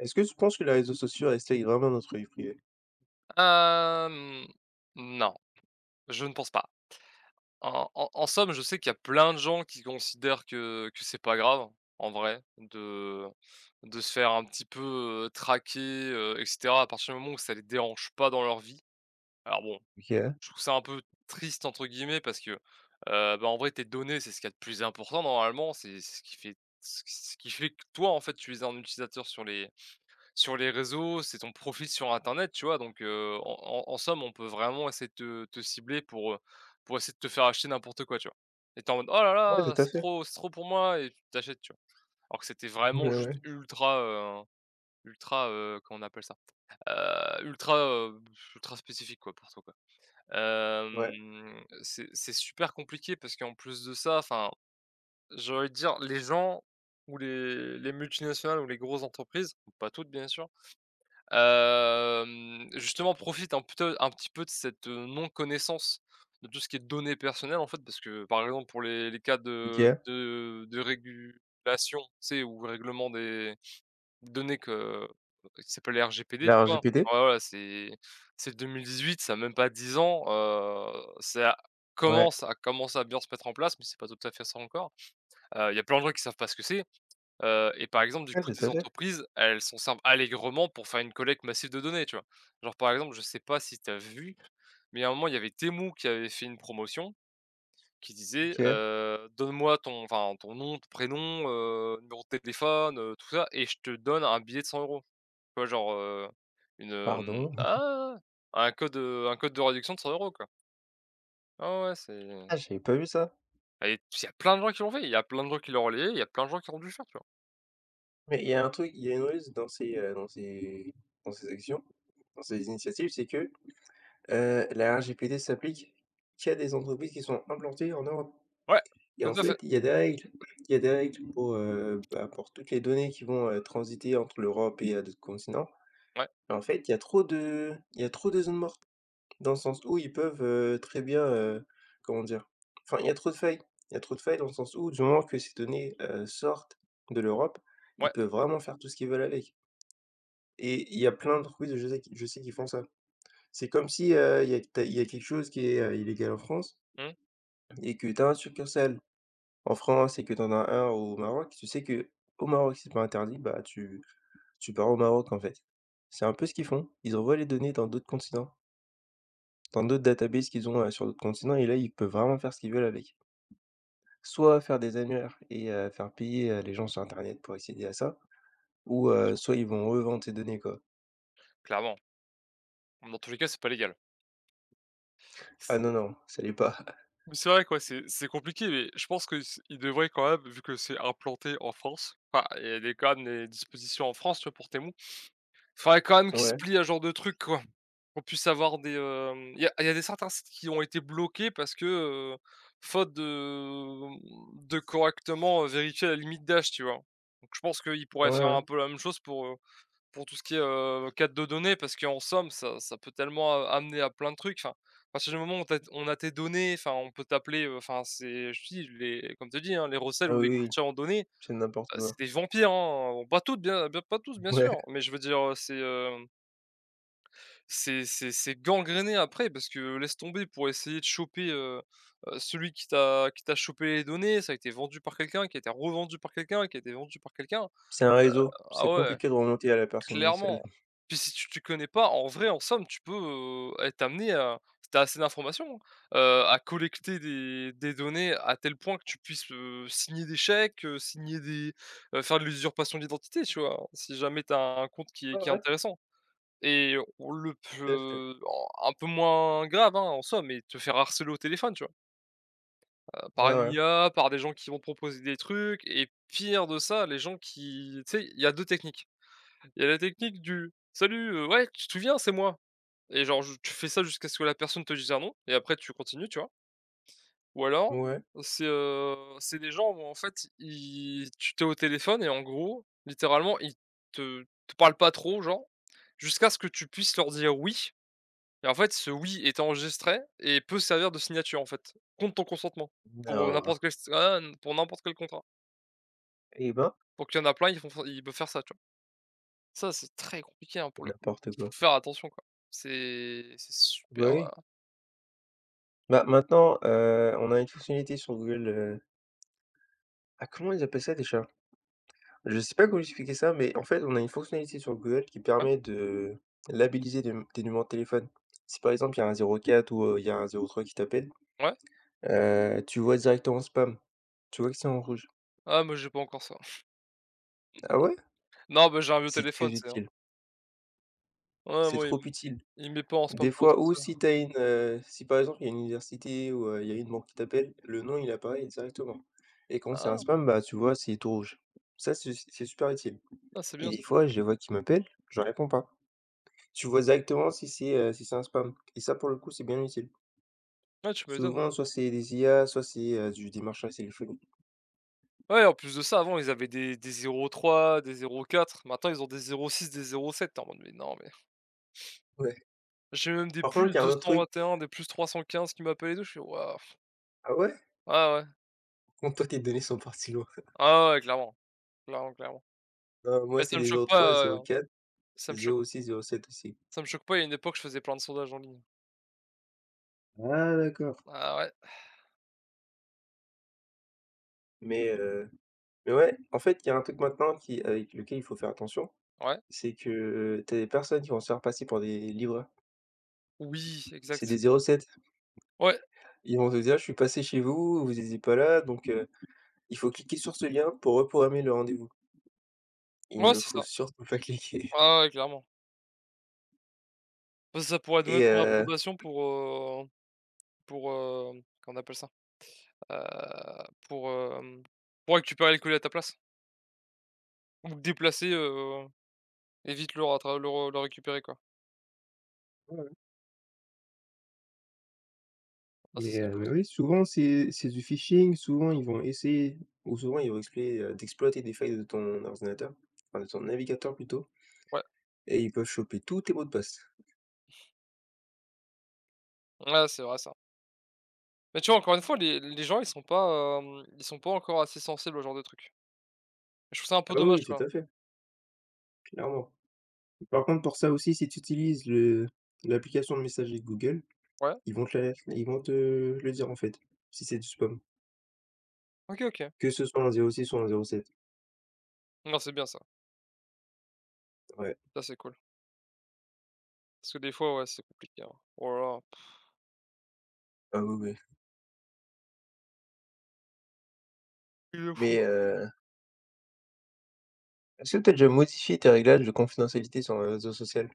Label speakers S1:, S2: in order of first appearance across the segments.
S1: Est-ce que tu penses que les réseaux sociaux restreignent vraiment notre vie privée?
S2: Hem, non, je ne pense pas. En somme, je sais qu'il y a plein de gens qui considèrent que c'est pas grave, en vrai, de se faire un petit peu, traquer, et cetera, à partir du moment où ça les dérange pas dans leur vie. Alors bon,
S1: OK.
S2: je trouve ça un peu «triste» entre guillemets parce que, bah, en vrai, tes données, c'est ce qu'il y a de plus important normalement, c'est ce qui fait que toi, en fait, tu es un utilisateur sur les réseaux, c'est ton profil sur internet, tu vois? Donc, en somme, on peut vraiment essayer de te cibler pour essayer de te faire acheter n'importe quoi, tu vois? Et tu es en mode: «Oh là
S1: Ouais,
S2: là,
S1: tout à
S2: c'est
S1: fait.
S2: trop c'est trop pour moi» et tu t'achètes, tu vois? Alors que c'était vraiment
S1: Ouais,
S2: juste
S1: ouais,
S2: ultra, comment on appelle ça? Heu, ultra, heu, ultra spécifique quoi, pour toi, quoi.
S1: ouais.
S2: C'est super compliqué parce qu'en plus de ça, enfin, j'ai envie de dire, les gens ou les multinationales ou les grosses entreprises, pas toutes bien sûr. Justement, profite un petit peu de cette, non-connaissance de tout ce qui est données personnelles, en fait, parce que, par exemple, pour les cas de
S1: OK.
S2: de de régulation, tu sais, ou règlement des données que qui s'appelle les RGPD,
S1: La
S2: tu vois?
S1: RGPD?
S2: Ouais, voilà, c'est 2018, ça a même pas 10 ans. Ça
S1: Ouais.
S2: commence à bien se mettre en place, mais c'est pas tout à fait ça encore. Il y a plein de gens qui savent pas ce que c'est. Et par exemple, du
S1: Ouais,
S2: coup,
S1: tout
S2: des
S1: à fait.
S2: entreprises, elles s'en servent allègrement pour faire une collecte massive de données, tu vois? Genre, par exemple, je sais pas si tu as vu, mais à un moment, il y avait Temu qui avait fait une promotion qui disait:
S1: OK.
S2: «Donne-moi ton nom, ton prénom, numéro de téléphone, tout ça et je te donne un billet de 100 euros.» Tu vois? Genre, une, hem
S1: Pardon.
S2: ah! Un code de réduction de 100 euros, quoi. Ouais, ouais, c'est
S1: Ah, j'avais pas vu ça.
S2: ah, et il y a plein de gens qui l'ont fait, il y a plein de gens qui l'ont relayé, il y a plein de gens qui ont dû le faire, tu vois?
S1: Mais il y a un truc, il y a une ruse dans ces, dans ces actions, dans ces initiatives, c'est que, la RGPD s'applique qu'à des entreprises qui sont implantées en Europe.
S2: Ouais,
S1: Et en
S2: tout à fait.
S1: fait, il y a des règles. Il y a des règles pour, bah, pour toutes les données qui vont, transiter entre l'Europe et, d'autres continents.
S2: Ouais,
S1: En fait, il y a trop de zones mortes, dans le sens où ils peuvent, très bien, comment dire? Enfin, il y a trop de failles. Il y a trop de failles dans le sens où du moment que ces données, sortent de l'Europe, ils
S2: ouais,
S1: peuvent vraiment faire tout ce qu'ils veulent avec et il y a plein d'entreprises, je sais qu'ils font ça. C'est comme si, il y a tu il y a quelque chose qui est, illégal en France
S2: mmh,
S1: et que tu as un succursale en France et que tu en as un au Maroc, tu sais que au Maroc, c'est pas interdit, bah, tu pars au Maroc, en fait. C'est un peu ce qu'ils font. Ils envoient les données dans d'autres continents. Dans d'autres databases qu'ils ont, sur d'autres continents et là, ils peuvent vraiment faire ce qu'ils veulent avec. Soit faire des annuaires et faire payer, les gens sur internet pour accéder à ça ou soit ils vont revendre ces données, quoi.
S2: clairement. Dans tous les cas, c'est pas légal. C
S1: Ah non, non, ça l'est pas.
S2: mais c'est vrai quoi, c'est compliqué, mais je pense que ils devraient quand même, vu que c'est implanté en France, enfin, il y a des quand même des dispositions en France, tu vois, pour tes mots. Il faudrait quand même qu'ils se
S1: Ouais,
S2: plient à ce genre de truc, quoi. Qu'on puisse avoir des... il y a des certains sites qui ont été bloqués parce que, heu, faute de correctement, vérifier la limite d'âge, tu vois? Donc je pense qu'ils
S1: ouais,
S2: pourraient faire
S1: ouais.
S2: un peu la même chose pour tout ce qui est, quête de données, parce qu'en somme, ça peut tellement, amener à plein de trucs. Enfin, à partir du moment où tu on a tes données, enfin on peut t'appeler, enfin c'est je dis les comme tu dis, hein, les recels
S1: Ah
S2: ou
S1: oui,
S2: les
S1: oui,
S2: courtiers en données,
S1: c'est n'importe quoi.
S2: c'est des vampires, hein, bon pas tous bien bien pas tous bien
S1: Ouais,
S2: sûr, mais je veux dire, c'est, c'est gangréné après, parce que laisse tomber pour essayer de choper, celui qui t'a chopé les données, ça a été vendu par quelqu'un, qui a été revendu par quelqu'un, qui a été vendu par quelqu'un.
S1: c'est un réseau,
S2: Ah
S1: c'est
S2: ouais!
S1: compliqué de remonter à la personne initiale.
S2: Clairement. Puis si tu t'y connais pas, en vrai, en somme, tu peux, être amené à, si tu assez d'informations, hein, à collecter des données à tel point que tu puisses, signer des chèques, signer des faire de l'usurpation d'identité, tu vois? Si jamais tu as un compte qui est
S1: Ouais,
S2: qui est
S1: ouais,
S2: intéressant et on le
S1: tout à fait.
S2: p un peu moins grave, hein, en somme, mais te faire harceler au téléphone, tu vois? Par
S1: Ouais,
S2: une
S1: ouais.
S2: IA, par des gens qui vont te proposer des trucs, et pire de ça, les gens qui tu sais, il y a 2 techniques. Il y a la technique du: «Salut, ouais, tu te souviens, c'est moi», et genre je tu fais ça jusqu'à ce que la personne te dise un nom, et après tu continues, tu vois? Ou alors,
S1: Ouais.
S2: c'est des gens où en fait ils tu t'es au téléphone et en gros, littéralement, ils te parlent pas trop, genre, jusqu'à ce que tu puisses leur dire «oui», et en fait, ce «oui» est enregistré et peut servir de signature, en fait, contre ton consentement, pour,
S1: Non,
S2: pour n'importe quel contrat.
S1: eh ben,
S2: Donc il y en a plein, ils peuvent faire ça, tu vois? Ça, c'est très compliqué, hein, pour le coup.
S1: n'importe quoi.
S2: Faut faire attention, quoi. C'est
S1: Bah,
S2: super,
S1: oui.
S2: ouais.
S1: Bah, maintenant, on a une fonctionnalité sur Google, ah, comment ils appellent ça déjà? Je sais pas comment expliquer ça, mais en fait, on a une fonctionnalité sur Google qui
S2: Ouais?
S1: permet de labelliser des numéros de téléphone. Si par exemple, il y a un 04 ou il y a un 03 qui t'appelle,
S2: Ouais?
S1: tu vois directement spam. Tu vois que c'est en rouge.
S2: Ah, moi, j'ai pas encore ça.
S1: Ah ouais?
S2: Non, bah, j'ai un vieux
S1: C'est
S2: téléphone,
S1: très
S2: c'est hein.
S1: utile.
S2: Ouais,
S1: C'est
S2: moi, il
S1: trop
S2: me
S1: utile.
S2: il met pas en spam
S1: Des fois, ou
S2: potentiel.
S1: si t'as une, si par exemple, il y a une université ou il y a une banque qui t'appelle, le nom, il apparaît directement. Et quand c'est un
S2: Ah!
S1: spam, bah, tu vois, c'est tout rouge. Ça, c'est super utile.
S2: Ah, c'est
S1: Et
S2: bien
S1: des
S2: ça.
S1: fois, je vois qu'ils m'appellent, je réponds pas. Tu vois directement si c'est, si c'est un spam et ça, pour le coup, c'est bien utile.
S2: Ouais, tu m'étonnes.
S1: Souvent, soit c'est des IA, soit c'est, du démarchage téléphonique.
S2: Ouais, en plus de ça, avant, ils avaient des zéro virgule trois, des zéro virgule quatre. Maintenant, ils ont des zéro virgule six, des 07, sept es en mode: «Mais non, mais»
S1: Ouais.
S2: j'ai même des
S1: Par
S2: plus
S1: contre, il y a un
S2: deux
S1: autre
S2: cent vingt
S1: truc.
S2: et un des +315 qui m'appellent et tout, je suis «Waouh!»
S1: Ah ouais?
S2: Ah ouais.
S1: Comment toi, tes données sont parties loin?
S2: Ah ouais, clairement. Clairement, clairement.
S1: Non, moi,
S2: Mais ça
S1: c'est
S2: me
S1: des zéro
S2: choque
S1: zéro trois
S2: pas,
S1: zéro quatre
S2: ça me choque
S1: zéro six zéro sept aussi.
S2: ça me choque pas, il y a une époque, je faisais plein de sondages en ligne.
S1: Ah d'accord.
S2: Ah ouais,
S1: Mais heu, mais ouais, en fait, il y a un truc maintenant qui avec lequel il faut faire attention,
S2: ouais.
S1: c'est que, tu as des personnes qui vont se faire passer pour des livreurs.
S2: Oui,
S1: C'est des
S2: exact.
S1: 07.
S2: Ouais,
S1: Ils vont te dire: «Je suis passé chez vous, vous étiez pas là, donc il faut cliquer sur ce lien pour reprogrammer le rendez-vous». Il
S2: ouais,
S1: ne
S2: c'est
S1: faut
S2: ça.
S1: surtout pas cliquer
S2: Ouais, ouais, clairement. Bah, ça pourrait donner
S1: et
S2: ton approbation pour comment on appelle ça? Pour pour récupérer le colis à ta place. Ou le déplacer, et vite le rattra le re le récupérer, quoi.
S1: ouais, ouais,
S2: Ah ça,
S1: mais
S2: c'est
S1: heu,
S2: fou
S1: mais
S2: ça.
S1: oui, souvent c'est du phishing, souvent ils vont essayer ou souvent ils vont d'exploiter des failles de ton ordinateur, enfin de ton navigateur plutôt
S2: Ouais,
S1: et ils peuvent choper tous tes mots de passe.
S2: ouais, c'est vrai ça. Mais tu vois, encore une fois, les gens, ils sont pas encore assez sensibles au genre de trucs. Je trouve ça un peu
S1: Ah oui, oui,
S2: dommage,
S1: tout
S2: quoi.
S1: à fait, clairement. Par contre pour ça aussi, si tu utilises le l'application de messagerie de Google,
S2: Ouais?
S1: ils vont te le dire en fait, si c'est du spam,
S2: OK, OK.
S1: que ce soit en 06 ou en 07.
S2: Non, c'est bien ça.
S1: Ouais,
S2: Ça, c'est cool. Parce que des fois, ouais, c'est compliqué, hein. Oh là là.
S1: ah oui, oui,
S2: Il est fou.
S1: mais est-ce que tu as déjà modifié tes réglages de confidentialité sur un réseau social?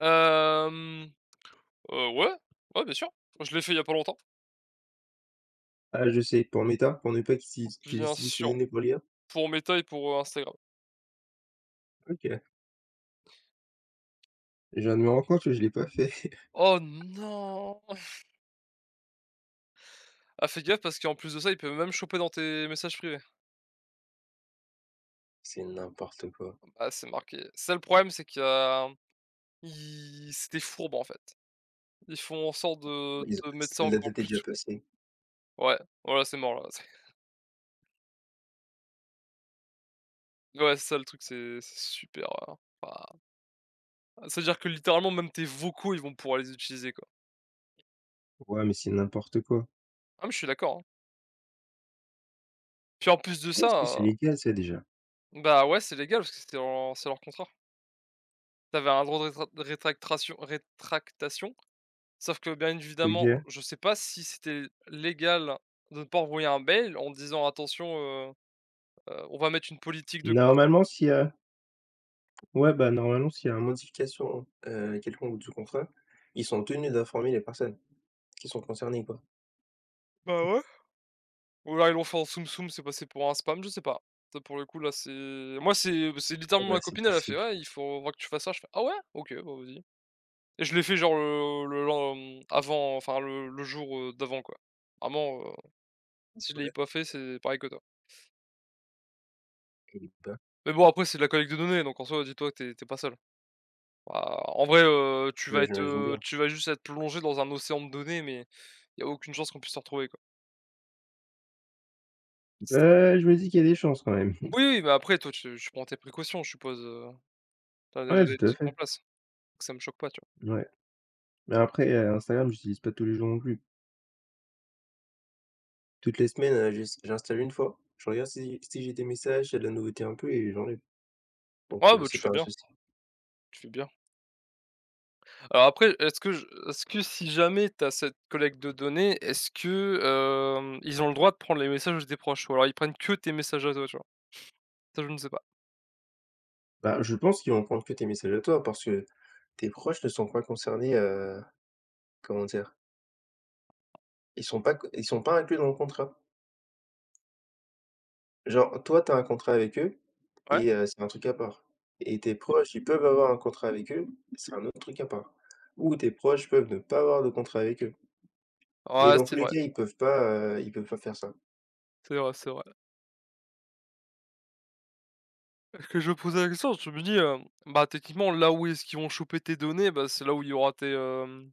S2: Hem, ouais, ouais, bien sûr. Je l'ai fait il y a pas longtemps.
S1: Ah, je sais, pour Meta, pour ne pas qu'ils utilisent qu'ils
S2: Bien
S1: utilisent ces
S2: sûr,
S1: données pour l'IA?
S2: pour Meta et pour, Instagram.
S1: OK. Je viens de me rendre compte que je l'ai pas fait.
S2: Oh non! Ah, fais gaffe, parce qu'en plus de ça, il peut même choper dans tes messages privés.
S1: C'est n'importe quoi.
S2: Ah, c'est marqué. Ça, le problème, c'est qu'il y a ils c'est des fourbes, en fait. Ils font en sorte de
S1: Ils ont
S2: de mettre ça
S1: la date
S2: encore
S1: est
S2: plus...
S1: déjà passée.
S2: Ouais, voilà, c'est mort, là. Ouais, c'est ça le truc, c'est super, bah, c'est-à-dire que littéralement, même tes vocaux, ils vont pouvoir les utiliser, quoi.
S1: Ouais, mais c'est n'importe quoi.
S2: Ah, mais je suis d'accord, hein. Puis en plus de
S1: Comment est-ce que c'est
S2: ça,
S1: légal ça déjà?
S2: bah, ouais, c'est légal parce que c'était en c'est leur contrat. T'avais un droit de rétractration rétractation, sauf que, bien évidemment,
S1: OK.
S2: je sais pas si c'était légal de ne pas envoyer un mail en disant: «Attention, on va mettre une politique de cour».
S1: Normalement, s'il y a Ouais, bah, normalement, s'il y a une modification, quelconque du contrat, ils sont tenus d'informer les personnes qui sont concernées, quoi.
S2: Bah, ouais, ou là ils l'ont fait en soum-soum, c'est passé pour un spam, je sais pas. Ça, pour le coup, là, c'est moi, c'est
S1: Eh
S2: littéralement
S1: bah,
S2: ma
S1: c'est
S2: copine, elle a fait:
S1: possible.
S2: «Ouais, il faut voir que tu fasses ça». Je fais: «Ah ouais? OK, bah, vas-y», et je l'ai fait genre le lend avant, enfin le jour, d'avant, quoi. Vraiment, si je l'ai
S1: Ouais
S2: pas fait, c'est pareil que toi.
S1: et bah,
S2: Mais bon, après, c'est de la collecte de données, donc en soi, dis-toi que tu es pas seul. Bah, en vrai,
S1: ouais, j'imagine bien.
S2: tu vas juste être plongé dans un océan de données, mais il y a aucune chance qu'on puisse te retrouver, quoi.
S1: Bah, je me dis qu'il y a des chances quand même.
S2: Oui, oui, mais après, toi, tu prends tes précautions, je suppose, tu déjà
S1: Ouais,
S2: des
S1: tout à
S2: trucs en
S1: fait.
S2: place, donc ça me choque pas, tu
S1: Ouais. Mais après, Instagram, j'utilise pas tous les jours non plus. Toutes les semaines, j'installe une fois, je regarde si j'ai des messages, s'il y a de la nouveauté un peu et j'enlève, donc
S2: vois? Ouais, bah,
S1: c'est
S2: tu fais
S1: pas un
S2: bien,
S1: souci.
S2: tu fais bien. Alors après, est-ce que si jamais t'as cette collecte de données, est-ce que, ils ont le droit de prendre les messages des proches? Ou alors ils prennent que tes messages à toi, tu vois? Ça, je ne sais pas.
S1: Bah, je pense qu'ils vont prendre que tes messages à toi parce que tes proches ne sont pas concernés, comment dire? Ils sont pas inclus dans le contrat. Genre toi, tu as un contrat avec eux
S2: Ouais?
S1: et c'est un truc à part et tes proches, ils peuvent avoir un contrat avec eux, c'est un autre truc à part ou tes proches peuvent ne pas avoir de contrat avec eux. Et
S2: Ouais,
S1: dans tous
S2: c'est
S1: les
S2: vrai,
S1: cas, ils peuvent pas faire ça.
S2: c'est vrai, c'est vrai. Que je posais la question, je me dis, bah, techniquement, là où est-ce qu'ils vont choper tes données, bah, c'est là où il y aura tes,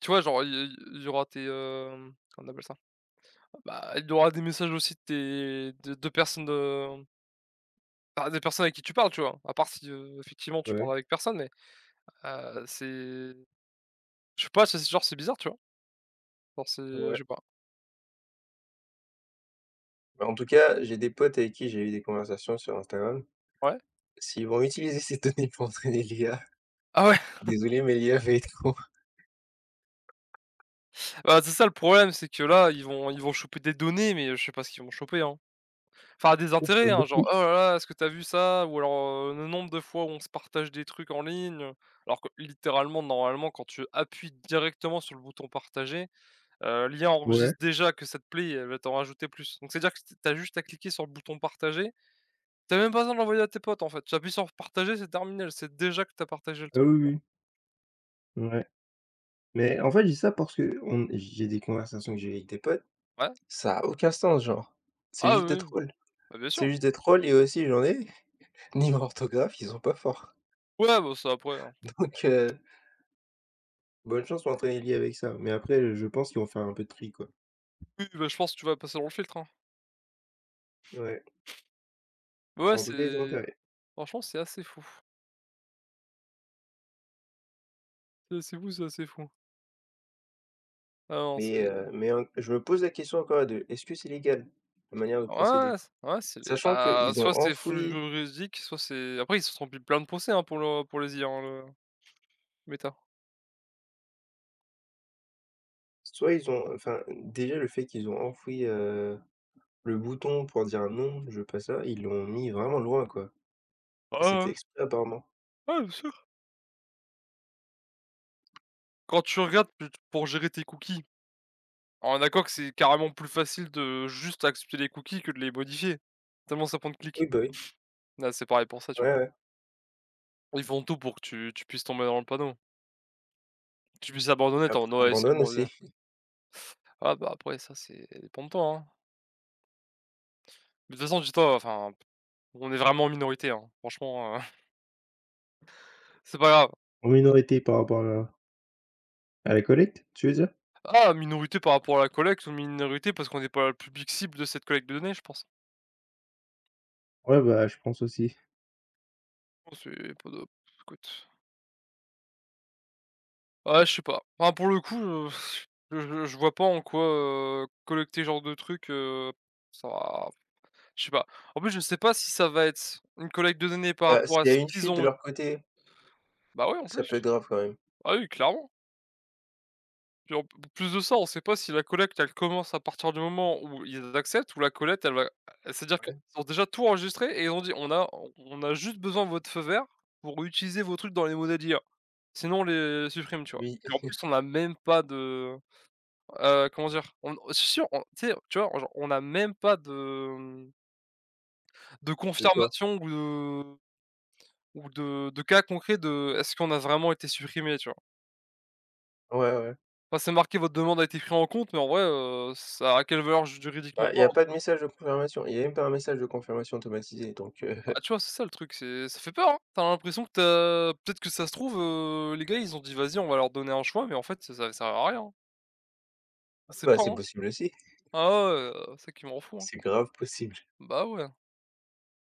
S2: tu vois, genre, il y aura tes, comment on appelle ça? Bah, il y aura des messages aussi de tes de personnes, de bah, des personnes avec qui tu parles, tu vois? À part si, effectivement, tu parles
S1: Ouais.
S2: avec personne, mais, c'est je sais pas, c'est genre, c'est bizarre, tu vois? Genre, c'est je
S1: Ouais.
S2: sais pas.
S1: Bah, en tout cas, j'ai des potes avec qui j'ai eu des conversations sur Instagram.
S2: Ouais?
S1: S'ils vont utiliser ces données pour entraîner l'IA,
S2: Ah ouais,
S1: désolé, mais l'IA va être con.
S2: bah, c'est ça le problème, c'est que là, ils vont choper des données, mais je sais pas ce qu'ils vont choper, hein. Enfin, des
S1: Ah
S2: intérêts, hein,
S1: bah,
S2: genre: «Oh là là, est-ce que t'as vu ça?» ou alors, le nombre de fois où on se partage des trucs en ligne, alors que littéralement, normalement, quand tu appuies directement sur le bouton «partager», l'IA
S1: ouais.
S2: enregistre déjà que ça te plaît, elle va t'en rajouter plus. Donc c'est-à-dire que tu juste à cliquer sur le bouton «partager», t'as même pas besoin de l'envoyer à tes potes, en fait. Tu appuies sur «partager», c'est terminé, elle sait déjà que t'as partagé le
S1: Ah
S2: truc.
S1: oui, oui. Ouais. Mais en fait, je dis ça parce qu'on j'ai des conversations que j'ai eues avec des potes,
S2: Ouais.
S1: ça a aucun sens, genre. C'est
S2: Ah
S1: juste des
S2: oui, oui,
S1: trolls.
S2: bah, bien sûr.
S1: C'est juste des trolls et aussi j'en ai, niveau orthographe, ils sont pas forts.
S2: Ouais, bah, ça après, hein.
S1: Donc bonne chance pour entraîner l'IA avec ça. Mais après, je pense qu'ils vont faire un peu de tri, quoi.
S2: Oui, oui, bah, je pense que tu vas passer dans le filtre, hein.
S1: Ouais.
S2: Ouais,
S1: En tout cas, ils ont
S2: c'est
S1: intérêt.
S2: franchement, c'est assez fou. C'est assez fou, c'est assez fou. Ah non, c'est
S1: Mais en je me pose la question encore à est-ce que c'est légal, la manière de procéder?
S2: ouais, c'est
S1: Sachant
S2: bah,
S1: qu'ils ont
S2: soit c'est full
S1: enfoui
S2: juridique, soit c'est après ils se sont pris plein de procès, hein, pour les IA, hein, le Meta.
S1: soit ils ont enfin, déjà le fait qu'ils ont enfoui, le bouton pour dire: «Non, je veux pas ça», ils l'ont mis vraiment loin, quoi.
S2: Ouais, ouais,
S1: C'est fait
S2: ouais.
S1: exprès apparemment.
S2: Ouais, bien sûr. Quand tu regardes tu pour gérer tes cookies, on est d'accord que c'est carrément plus facile de juste accepter les cookies que de les modifier, tellement ça prend de
S1: Oui,
S2: clics.
S1: bah, oui.
S2: Là, c'est pareil pour ça, tu
S1: Ouais,
S2: vois?
S1: ouais,
S2: Ils font tout pour que tu puisses tomber dans le panneau. Tu puisses abandonner, tu es en «Ouais, c'est
S1: abandonne
S2: bon, viens».
S1: aussi.
S2: Ah bah, après ça, c'est ça dépend de toi, hein. Mais de toute façon, dis-toi, enfin, on est vraiment en minorité, hein. Franchement, c'est pas grave.
S1: En minorité par rapport à la collecte, tu veux dire?
S2: Ah, minorité par rapport à la collecte ou minorité parce qu'on n'est pas le public cible de cette collecte de données, je pense.
S1: Ouais, bah, je pense aussi.
S2: Oh, c'est pas de écoute, ouais, je sais pas. Enfin, pour le coup, je vois pas en quoi, collecter ce genre de truc, ça va je sais pas. En plus, je sais pas si ça va être une collecte de données par
S1: Bah,
S2: rapport à
S1: s'il y
S2: ce
S1: a une
S2: qu'ils
S1: fuite de
S2: ont
S1: leur côté,
S2: bah, oui en
S1: ça
S2: plus.
S1: peut être grave quand même.
S2: Ah oui, clairement. Puis en plus de ça, on sait pas si la collecte, elle commence à partir du moment où ils acceptent ou la collecte, elle va c'est-à-dire qu'ils
S1: Ouais,
S2: ont déjà tout enregistré et ils ont dit: «On a juste besoin de votre feu vert pour utiliser vos trucs dans les modèles IA. Sinon on les supprime», tu vois?
S1: oui,
S2: Et en plus, on n'a même pas de, comment dire? On n si, si, on tu sais, tu vois, genre, on n'a même pas de, de
S1: de quoi?
S2: confirmation ou de cas concret de est-ce qu'on a vraiment été supprimé, tu vois?
S1: Ouais, ouais.
S2: Enfin, c'est marqué: «Votre demande a été prise en compte», mais en vrai, ça a quelle valeur juridiquement
S1: Bah, il y a
S2: parlant?
S1: pas de message de confirmation. Il y a même pas un message de confirmation automatisé donc
S2: Ah, tu vois, c'est ça le truc, c'est ça fait peur, hein. Tu l'impression que t'as peut-être que ça se trouve, les gars, ils ont dit: «Vas-y, on va leur donner un choix», mais en fait, ça va servir à rien. On sait
S1: bah,
S2: pas,
S1: c'est
S2: hein.
S1: possible aussi.
S2: Ah ouais, c'est ça qui me rend hein.
S1: C'est grave possible.
S2: Bah ouais.